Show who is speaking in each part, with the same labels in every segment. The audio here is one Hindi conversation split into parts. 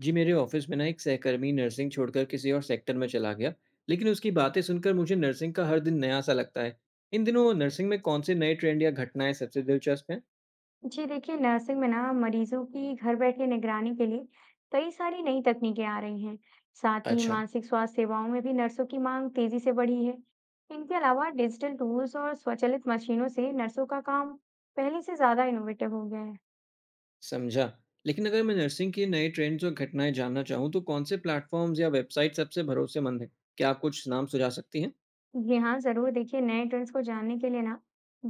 Speaker 1: जी, मेरे ऑफिस में ना एक सहकर्मी नर्सिंग छोड़कर किसी और सेक्टर में चला गया। लेकिन उसकी बातें सुनकर मुझे नर्सिंग का हर दिन नया सा लगता है। इन दिनों नर्सिंग में कौन से नए ट्रेंड या घटनाएं सबसे दिलचस्प हैं?
Speaker 2: जी देखिए, नर्सिंग में ना मरीजों की घर बैठे निगरानी के लिए कई सारी नई तकनीकें आ रही हैं। साथ ही
Speaker 1: अच्छा।
Speaker 2: मानसिक स्वास्थ्य सेवाओं में भी नर्सों की मांग तेजी से बढ़ी है। इनके अलावा डिजिटल टूल्स और स्वचालित मशीनों से नर्सों का काम पहले से ज्यादा इनोवेटिव हो गया है।
Speaker 1: समझा। लेकिन अगर मैं नर्सिंग के नए ट्रेंड्स और घटनाएं जानना चाहूँ तो कौन से प्लेटफॉर्म्स या वेबसाइट सबसे भरोसेमंद हैं? क्या आप कुछ नाम सुझा सकती हैं?
Speaker 2: जी हाँ, ज़रूर। देखिए, नए ट्रेंड्स को जानने के लिए ना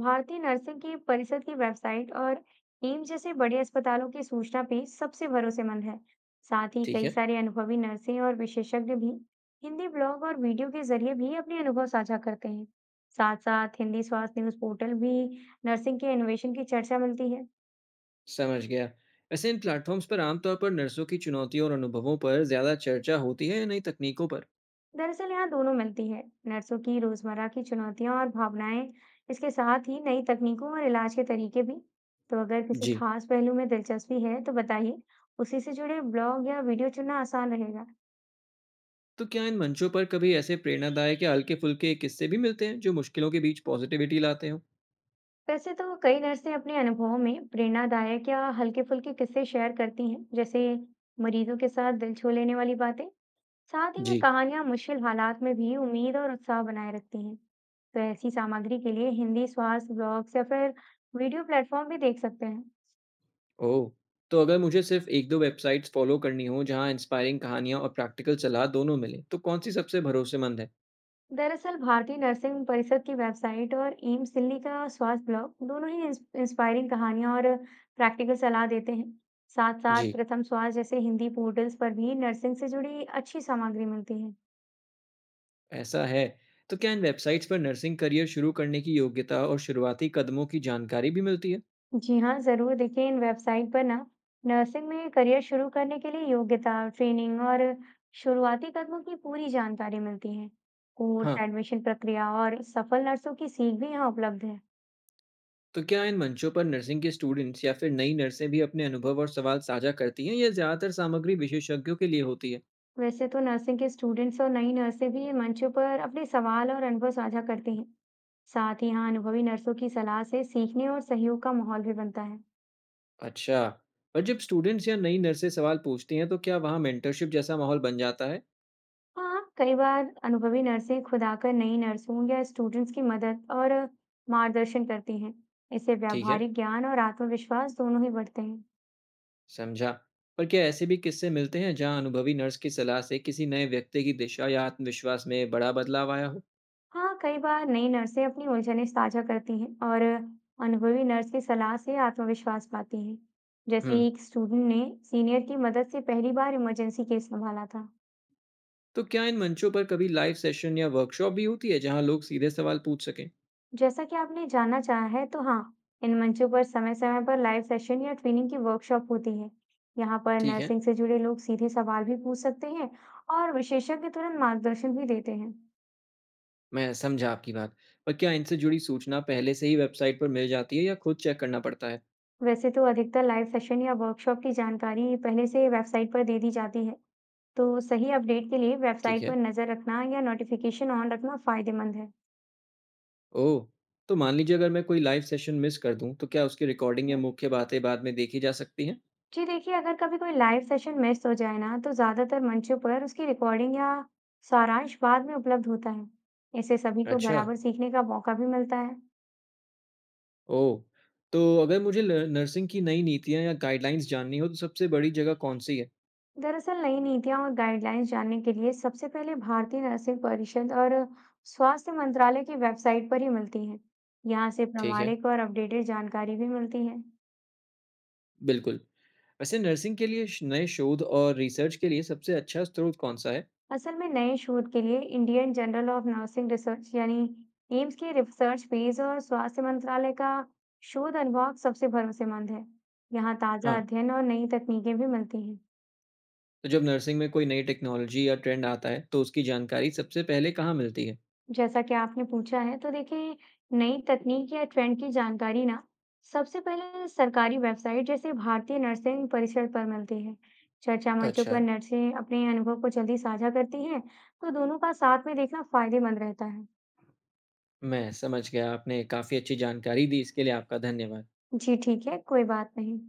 Speaker 2: भारतीय नर्सिंग की परिषद की वेबसाइट और एम्स जैसे बड़े अस्पतालों की सूचना पेज सबसे भरोसेमंद है। साथ ही
Speaker 1: ठीक
Speaker 2: कई
Speaker 1: है।
Speaker 2: सारे अनुभवी नर्सें और विशेषज्ञ भी हिंदी ब्लॉग और वीडियो के जरिए भी अपने अनुभव साझा करते हैं। साथ साथ हिंदी स्वास्थ्य न्यूज पोर्टल भी नर्सिंग के इनोवेशन की चर्चा मिलती है।
Speaker 1: समझ गया। वैसे इन प्लेटफॉर्म्स पर आमतौर पर नर्सों की चुनौतियों और अनुभवों पर ज़्यादा चर्चा होती है या नई तकनीकों पर?
Speaker 2: दरअसल यहाँ दोनों मिलती है। नर्सों की रोजमर्रा की चुनौतियां और भावनाएं, इसके साथ ही नई तकनीकों और इलाज के तरीके भी। तो अगर किसी
Speaker 1: जी।
Speaker 2: खास पहलू में दिलचस्पी है तो बताइए, उसी से जुड़े ब्लॉग या वीडियो चुनना आसान रहेगा।
Speaker 1: तो क्या इन मंचों पर कभी ऐसे प्रेरणादायक या हल्के-फुल्के किस्से भी मिलते हैं, जो मुश्किलों के बीच पॉज़िटिविटी लाते हों?
Speaker 2: वैसे तो कई नर्सें अपने अनुभवों में प्रेरणादायक या हल्के फुल्के किस्से शेयर करती हैं, जैसे मरीजों के साथ दिल छू लेने वाली बातें। साथ ही में
Speaker 1: जी।
Speaker 2: कहानियां मुश्किल हालात में भी उम्मीद और उत्साह बनाए रखती हैं। तो ऐसी सामग्री के लिए हिंदी स्वास्थ्य ब्लॉग्स या फिर वीडियो प्लेटफॉर्म भी देख सकते हैं।
Speaker 1: ओह! तो अगर मुझे सिर्फ़ 1-2 वेबसाइट्स फ़ॉलो करनी हों, जहाँ इंस्पायरिंग कहानियाँ और प्रैक्टिकल सलाह दोनों मिलें, तो कौन-सी सबसे भरोसेमंद है?
Speaker 2: दरअसल भारतीय नर्सिंग परिषद की वेबसाइट और एम्स दिल्ली का स्वास्थ्य ब्लॉग दोनों ही इंस्पायरिंग कहानियां और प्रैक्टिकल सलाह देते हैं। साथ
Speaker 1: जी।
Speaker 2: साथ प्रथम स्वास्थ्य जैसे हिंदी पोर्टल्स पर भी नर्सिंग से जुड़ी अच्छी सामग्री मिलती है।
Speaker 1: ऐसा है, तो क्या इन वेबसाइट्स पर नर्सिंग करियर शुरू करने की योग्यता और शुरुआती कदमों की जानकारी भी मिलती है?
Speaker 2: जी हाँ, ज़रूर। देखिए, इन वेबसाइट पर ना नर्सिंग में करियर शुरू करने के लिए योग्यता, ट्रेनिंग और शुरुआती कदमों की पूरी जानकारी मिलती है। कोर्स,
Speaker 1: हाँ,
Speaker 2: एडमिशन प्रक्रिया और सफल नर्सों की सीख भी यहाँ उपलब्ध है।
Speaker 1: तो क्या इन मंचों पर नर्सिंग के स्टूडेंट्स या फिर नई नर्सें भी अपने अनुभव और सवाल साझा करती हैं, या ज़्यादातर सामग्री विशेषज्ञों के लिए होती है?
Speaker 2: वैसे तो नर्सिंग के स्टूडेंट्स और नई नर्सें भी इन मंचों पर अपने सवाल और अनुभव साझा करती हैं। साथ ही यहाँ अनुभवी नर्सों की सलाह से सीखने और सहयोग का माहौल भी बनता है।
Speaker 1: अच्छा। और जब स्टूडेंट्स या नई नर्सें सवाल पूछती हैं तो क्या वहाँ मेंटरशिप जैसा माहौल बन जाता है?
Speaker 2: हाँ, कई बार अनुभवी नर्सें खुद आकर नई नर्सों या स्टूडेंट्स की मदद और मार्गदर्शन करती हैं। इससे
Speaker 1: ठीक है।
Speaker 2: व्यावहारिक ज्ञान और आत्मविश्वास दोनों ही बढ़ते हैं।
Speaker 1: समझा। पर क्या ऐसे भी किस्से मिलते हैं जहाँ अनुभवी नर्स की सलाह से किसी नए व्यक्ति की दिशा या आत्मविश्वास में बड़ा बदलाव आया हो?
Speaker 2: हाँ, कई बार नई नर्सें अपनी उलझनें साझा करती हैं और अनुभवी नर्स की सलाह से आत्मविश्वास पाती हैं। जैसे
Speaker 1: हम्म।
Speaker 2: एक स्टूडेंट ने सीनियर की मदद से पहली बार इमरजेंसी केस संभाला था।
Speaker 1: तो क्या इन मंचों पर कभी लाइव सेशन या वर्कशॉप भी होती है जहाँ लोग सीधे सवाल पूछ सकें?
Speaker 2: जैसा कि आपने जानना चाहा है, तो हाँ, इन मंचों पर समय-समय पर लाइव सेशन या ट्रेनिंग की वर्कशॉप होती है। यहाँ पर
Speaker 1: ठीक है।
Speaker 2: नर्सिंग से जुड़े लोग सीधे सवाल भी पूछ सकते हैं और विशेषज्ञ तुरंत मार्गदर्शन भी देते हैं।
Speaker 1: मैं समझा आपकी बात। पर क्या इनसे जुड़ी सूचना पहले से ही वेबसाइट पर मिल जाती है या खुद चेक करना पड़ता है?
Speaker 2: वैसे तो अधिकतर लाइव सेशन या वर्कशॉप की जानकारी पहले से वेबसाइट पर दे दी जाती है, तो सही अपडेट के लिए
Speaker 1: ठीक
Speaker 2: वेबसाइट पर
Speaker 1: है।
Speaker 2: नज़र रखना या नोटिफिकेशन ऑन रखना फायदेमंद
Speaker 1: ओह! तो मान लीजिए अगर मैं कोई लाइव सेशन मिस कर दूँ, तो क्या उसकी रिकॉर्डिंग या
Speaker 2: है।
Speaker 1: मुख्य बातें बाद में देखी जा सकती हैं?
Speaker 2: जी देखिए, अगर कभी कोई लाइव सेशन मिस हो जाए ना, तो ज़्यादातर मंचों पर उसकी रिकॉर्डिंग या सारांश बाद में उपलब्ध होता है। इससे सभी को
Speaker 1: अच्छा,
Speaker 2: बराबर सीखने का मौका भी मिलता है।
Speaker 1: ओह! तो अगर मुझे ल नर्सिंग की नई नीतियाँ या गाइडलाइंस जाननी हो, तो सबसे बड़ी जगह कौन-सी है?
Speaker 2: दरअसल, नई नीतियां और गाइडलाइंस जानने के लिए सबसे पहले भारतीय नर्सिंग परिषद और स्वास्थ्य मंत्रालय की वेबसाइट पर ही मिलती हैं। यहाँ से
Speaker 1: ठीक है,
Speaker 2: प्रामाणिक और अपडेटेड जानकारी भी मिलती है।
Speaker 1: बिल्कुल। वैसे नर्सिंग के लिए श नए शोध और रिसर्च के लिए सबसे अच्छा स्रोत कौन-सा है?
Speaker 2: असल में नए शोध के लिए Indian journal of nursing research यानी एम्स के रिसर्च पेज और स्वास्थ्य मंत्रालय का शोध अनुभाग सबसे भरोसेमंद है। यहाँ ताज़ा
Speaker 1: हाँ,
Speaker 2: अध्ययन और नई तकनीकें भी मिलती हैं।
Speaker 1: तो जब नर्सिंग में कोई नई टेक्नोलॉजी या ट्रेंड आता है, तो उसकी जानकारी सबसे पहले कहाँ मिलती है?
Speaker 2: जैसा कि आपने पूछा है तो देखिए, नई तकनीक या ट्रेंड की जानकारी ना सबसे पहले सरकारी वेबसाइट जैसे भारतीय नर्सिंग परिषद पर मिलती है। चर्चा मंचों पर
Speaker 1: अच्छा,
Speaker 2: नर्सें अपने अनुभव को जल्दी साझा करती हैं, तो दोनों का साथ में देखना फायदेमंद रहता है।
Speaker 1: मैं समझ गया। आपने काफ़ी अच्छी जानकारी दी, इसके लिए आपका धन्यवाद।
Speaker 2: जी ठीक है, कोई बात नहीं।